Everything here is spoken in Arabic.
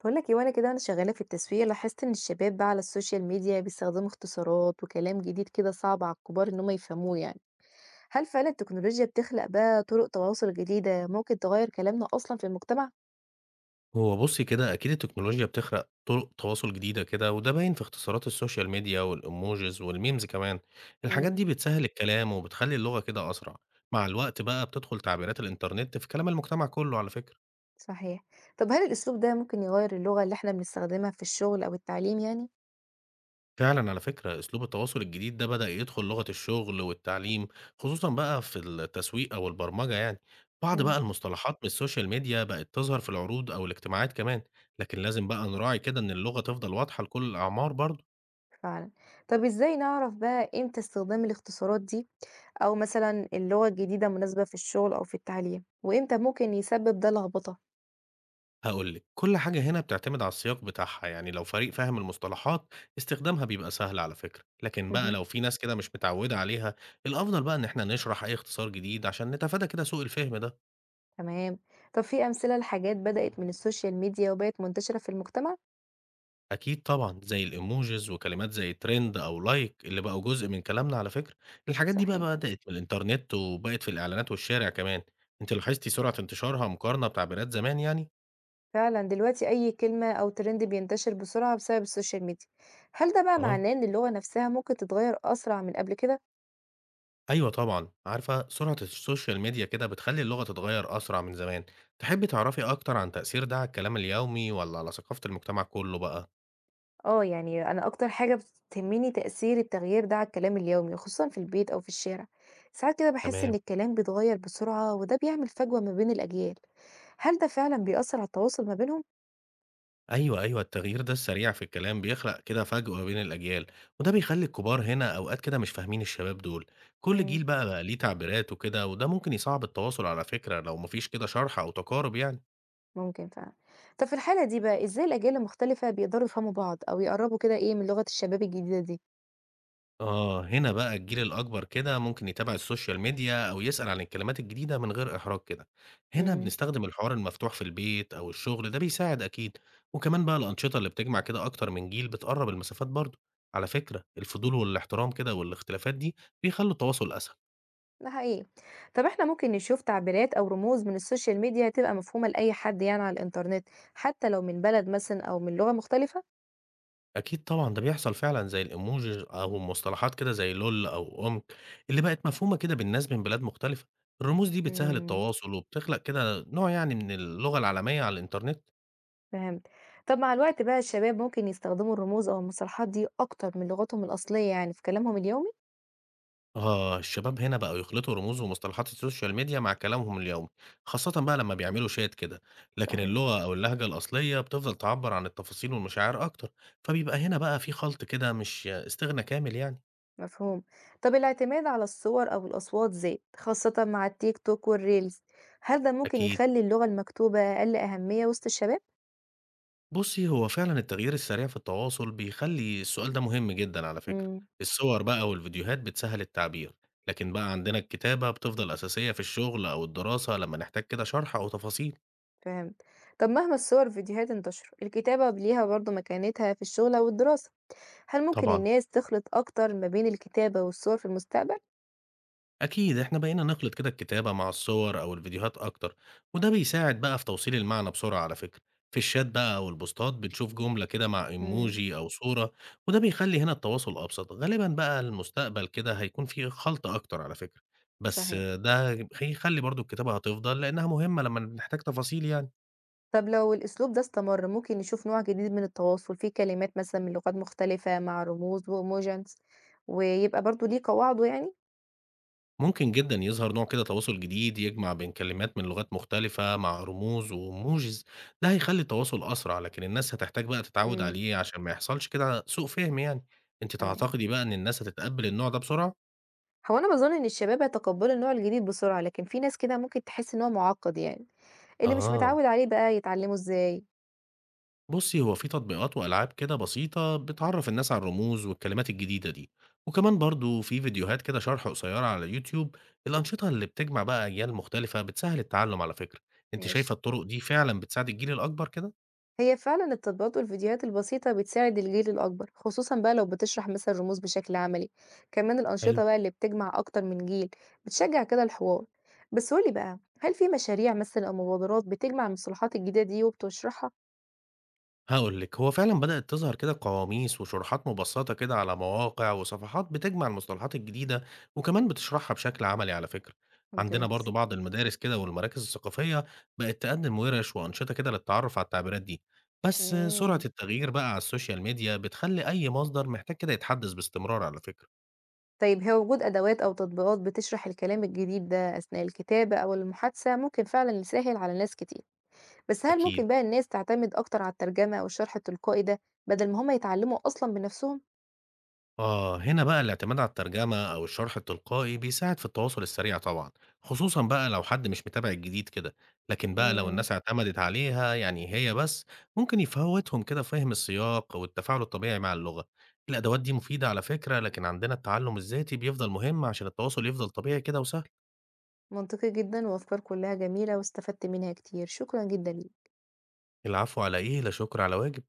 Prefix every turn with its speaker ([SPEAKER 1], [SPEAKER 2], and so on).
[SPEAKER 1] باقول لك إيه، وأنا كده وأنا شغّالة في التسويق لاحظت إن الشباب بقى على السوشيال ميديا بيستخدموا اختصارات وكلام جديد كده صعب على الكبار إن هم يفهموه يعني، هل فعلًا التكنولوجيا بتخلق بقى طرق تواصل جديدة ممكن تغيّر كلامنا أصلًا في المجتمع؟
[SPEAKER 2] هو بُصّي كده، أكيد التكنولوجيا بتخلق طُرق تواصل جديدة كده، وده باين في اختصارات السوشيال ميديا والemojis والmemes كمان. الحاجات
[SPEAKER 1] إمم،
[SPEAKER 2] دي بتسهّل الكلام وبتخلّي اللغة كده أسرع. مع الوقت بقى بتدخل تعبيرات الإنترنت في كلام المجتمع كُلّه على فكرة.
[SPEAKER 1] صحيح، طب هل الأسلوب ده ممكن يغيّر اللغة اللي إحنا بنستخدمها في الشغل أو التعليم يعني؟
[SPEAKER 2] فعلًا على فكرة أسلوب التواصل الجديد ده بدأ يدخل لغة الشغل والتعليم، خصوصًا بقى في التسويق أو البرمجة يعني. بعض
[SPEAKER 1] إمم،
[SPEAKER 2] بقى المصطلحات من السوشيال ميديا بقت تظهر في العروض أو الاجتماعات كمان، لكن لازم بقى نراعي كده إن اللغة تفضل واضحة لكل الأعمار برضه.
[SPEAKER 1] فعلًا، طب إزاي نعرف بقى إمتى استخدام الاختصارات دي أو مثلًا اللغة الجديدة مناسبة في الشغل أو في التعليم، وإمتى ممكن يسبب ده لخبطة؟
[SPEAKER 2] هاقول لِك، كل حاجة هنا بتعتمد على السياق بتاعها، يعني لو فريق فاهم المصطلحات استخدامها بيبقى سهل على فكرة، لكن بقى
[SPEAKER 1] اهم.
[SPEAKER 2] لو في ناس كده مش متعودة عليها، الأفضل بقى إن إحنا نشرح أي اختصار جديد عشان نتفادى كده سوء الفهم ده،
[SPEAKER 1] تمام. طب في أمثلة لحاجات بدأت من السوشيال ميديا وبقت منتشرة في المجتمع؟
[SPEAKER 2] أكيد طبعًا زي الإيموجيز وكلمات زي ترند أو لايك اللي بقوا جزء من كلامنا على فكرة، الحاجات دي بقى
[SPEAKER 1] صحيح.
[SPEAKER 2] بدأت من الإنترنت وبقت في الإعلانات والشارع كمان، أنتِ لاحظتِ سرعة انتشارها مقارنة بتعبيرات زمان يعني؟
[SPEAKER 1] فعلا دلوقتي أي كلمة أو ترند بينتشر بسرعة بسبب السوشيال ميديا. هل ده بقى
[SPEAKER 2] آه.
[SPEAKER 1] معناه إن اللغة نفسها ممكن تتغير أسرع من قبل كده؟
[SPEAKER 2] أيوه طبعًا، عارفة سرعة السوشيال ميديا كده بتخلّي اللغة تتغيّر أسرع من زمان، تحبّي تعرفي أكتر عن تأثير ده على الكلام اليومي والّا على ثقافة المجتمع كلّه بقى؟
[SPEAKER 1] اه، يعني أنا أكتر حاجة بتهمني تأثير التغيير ده على الكلام اليومي، خصوصا في البيت أو في الشارع. ساعات كده بحس إن
[SPEAKER 2] تمام،
[SPEAKER 1] الكلام بيتغير بسرعة وده بيعمل فجوة ما بين الأجيال. هل ده فعلا بيأثر على التواصل ما بينهم؟
[SPEAKER 2] أيوه، التغيير ده السريع في الكلام بيخلق كده فجوة بين الأجيال، وده بيخلّي الكبار هنا أوقات كده مش فاهمين الشباب دول، كل
[SPEAKER 1] مم.
[SPEAKER 2] جيل بقى ليه تعبيراته كده وده ممكن يصعّب التواصل على فكرة لو ما فيش كده شرح أو تقارب يعني.
[SPEAKER 1] ممكن فعلًا. طب في الحالة دي بقى إزاي الأجيال المختلفة بيقدروا يفهموا بعض أو يقرّبوا كده إيه من لغة الشباب الجديدة دي؟
[SPEAKER 2] آه، هنا بقى الجيل الأكبر كده ممكن يتابع السوشيال ميديا أو يسأل عن الكلمات الجديدة من غير إحراج كده. هنا
[SPEAKER 1] إمم،
[SPEAKER 2] بنستخدم الحوار المفتوح في البيت أو الشغل ده بيساعد أكيد، وكمان بقى الأنشطة اللي بتجمع كده أكتر من جيل بتقرب المسافات برضه. على فكرة الفضول والاحترام كده والاختلافات دي بيخلوا التواصل أسهل.
[SPEAKER 1] ده حقيقي. طب إحنا ممكن نشوف تعبيرات أو رموز من السوشيال ميديا تبقى مفهومة لأي حد يعني على الإنترنت، حتى لو من بلد مثلًا أو من لغة مختلفة؟
[SPEAKER 2] أكيد طبعا ده بيحصل فعلا زي الإيموجي أو مصطلحات كده زي لول أو أمك اللي بقت مفهومة كده بالناس من بلاد مختلفة. الرموز دي بتسهل
[SPEAKER 1] إمم،
[SPEAKER 2] التواصل وبتخلق كده نوع يعني من اللغة العالمية على الإنترنت.
[SPEAKER 1] فهمت. طب مع الوقت بقى الشباب ممكن يستخدموا الرموز أو المصطلحات دي أكتر من لغتهم الأصلية يعني في كلامهم اليومي؟
[SPEAKER 2] آه، الشباب هنا بقوا يخلطوا رموز ومصطلحات السوشيال ميديا مع كلامهم اليومي، خاصة بقى لما بيعملوا شات كده، لكن
[SPEAKER 1] صحيح.
[SPEAKER 2] اللغة أو اللهجة الأصلية بتفضل تعبر عن التفاصيل والمشاعر أكتر، فبيبقى هنا بقى في خلط كده مش استغنى كامل يعني،
[SPEAKER 1] مفهوم. طب الاعتماد على الصور أو الأصوات زاد، خاصة مع التيك توك والريلز، هل ده ممكن
[SPEAKER 2] أكيد.
[SPEAKER 1] يخلي اللغة المكتوبة أقل أهمية وسط الشباب؟
[SPEAKER 2] بُصّي، هو فعلًا التغيير السريع في التواصل بيخلّي السؤال ده مهم جدًا على فكرة،
[SPEAKER 1] إمم،
[SPEAKER 2] الصور بقى والفيديوهات بتسهّل التعبير، لكن بقى عندنا الكتابة بتفضل أساسية في الشغل أو الدراسة لما نحتاج كده شرح أو تفاصيل،
[SPEAKER 1] فهمت. طب مهما الصور والفيديوهات انتشروا، الكتابة ليها برضه مكانتها في الشغل أو الدراسة، هل ممكن
[SPEAKER 2] طبعًا.
[SPEAKER 1] الناس تخلط أكتر ما بين الكتابة والصور في المستقبل؟
[SPEAKER 2] أكيد إحنا بقينا نخلط كده الكتابة مع الصور أو الفيديوهات أكتر وده بيساعد بقى في توصيل المعنى بسرعة على فكرة. في الشات بقى أو البوستات بنشوف جملة كده مع
[SPEAKER 1] إمم،
[SPEAKER 2] إيموجي أو صورة، وده بيخلي هنا التواصل أبسط. غالبا بقى المستقبل كده هيكون فيه خلط أكتر على فكرة، بس
[SPEAKER 1] صحيح.
[SPEAKER 2] ده هيخلي برضو الكتابة هتفضل لأنها مهمة لما نحتاج تفاصيل يعني.
[SPEAKER 1] طب لو الأسلوب ده استمر، ممكن نشوف نوع جديد من التواصل فيه كلمات مثلًا من لغات مختلفة مع رموز وإيموجينز، ويبقى برضه ليه قواعده يعني؟
[SPEAKER 2] ممكن جدًا يظهر نوع كده تواصل جديد يجمع بين كلمات من لغات مختلفة مع رموز وemojis. ده هيخلّي التواصل أسرع، لكن الناس هتحتاج بقى تتعوّد
[SPEAKER 1] إمم،
[SPEAKER 2] عليه عشان ما يحصلش كده سوء فهم يعني. أنتِ
[SPEAKER 1] تمام.
[SPEAKER 2] تعتقدي بقى إن الناس هتتقبّل النوع ده بسرعة؟
[SPEAKER 1] هو أنا باظُن إن الشباب يتقبّلوا النوع الجديد بسرعة، لكن في ناس كده ممكن تحس إن هو مُعقّد يعني، اللي مش
[SPEAKER 2] آه.
[SPEAKER 1] متعوّد عليه بقى يتعلّمه إزاي؟
[SPEAKER 2] بُصّي، هو في تطبيقات وألعاب كده بسيطة بتعرّف الناس على الرموز والكلمات الجديدة دي، وكمان برضه في فيديوهات كده شرح قصيرة على اليوتيوب، الأنشطة اللي بتجمع بقى أجيال مختلفة بتسهّل التعلُّم على فكرة. أنتِ
[SPEAKER 1] ماشي،
[SPEAKER 2] شايفة الطُرق دي فعلًا بتساعد الجيل الأكبر كده؟
[SPEAKER 1] هي فعلًا التطبيقات والفيديوهات البسيطة بتساعد الجيل الأكبر، خصوصًا بقى لو بتشرح مثلًا الرموز بشكل عملي، كمان
[SPEAKER 2] حلو.
[SPEAKER 1] الأنشطة بقى اللي بتجمع أكتر من جيل، بتشجّع كده الحوار. بس قُل لي بقى، هل في مشاريع مثلًا أو مبادرات بتجمع المصطلحات الجديدة دي وبتشرحها؟
[SPEAKER 2] هاقول لِك، هو فعلًا بدأت تظهر كده قواميس وشروحات مبسّطة كده على مواقع وصفحات بتجمع المصطلحات الجديدة، وكمان بتشرحها بشكل عملي على فكرة. عندنا
[SPEAKER 1] ممتاز.
[SPEAKER 2] برضه بعض المدارس كده والمراكز الثقافية بقت تقدم وِرَش وأنشطة كده للتعرُّف على التعبيرات دي. بس سرعة
[SPEAKER 1] إمم.
[SPEAKER 2] التغيير بقى على السوشيال ميديا بتخلّي أي مصدر محتاج كده يتحدّث باستمرار على فكرة،
[SPEAKER 1] طيب هو وجود أدوات أو تطبيقات بتشرح الكلام الجديد ده أثناء الكتابة أو المحادثة ممكن فعلا يسهل على ناس كتير، بس هل
[SPEAKER 2] أكيد.
[SPEAKER 1] ممكن بقى الناس تعتمد أكتر على الترجمة أو الشرح التلقائي ده بدل ما هما يتعلموا أصلا بنفسهم؟
[SPEAKER 2] آه، هنا بقى الاعتماد على الترجمة أو الشرح التلقائي بيساعد في التواصل السريع طبعا، خصوصا بقى لو حد مش متابع الجديد كده، لكن بقى لو
[SPEAKER 1] مم.
[SPEAKER 2] الناس اعتمدت عليها يعني هي بس ممكن يفوتهم كده فهم السياق والتفاعل الطبيعي مع اللغة. الأدوات دي مفيدة على فكرة، لكن عندنا التعلم الذاتي بيفضل مهم عشان التواصل يفضل طبيعي كده وسهل.
[SPEAKER 1] منطقي جدا وأفكار كلها جميلة واستفدت منها كتير، شكرا جدا ليك.
[SPEAKER 2] العفو، على إيه، لا شكر على واجب.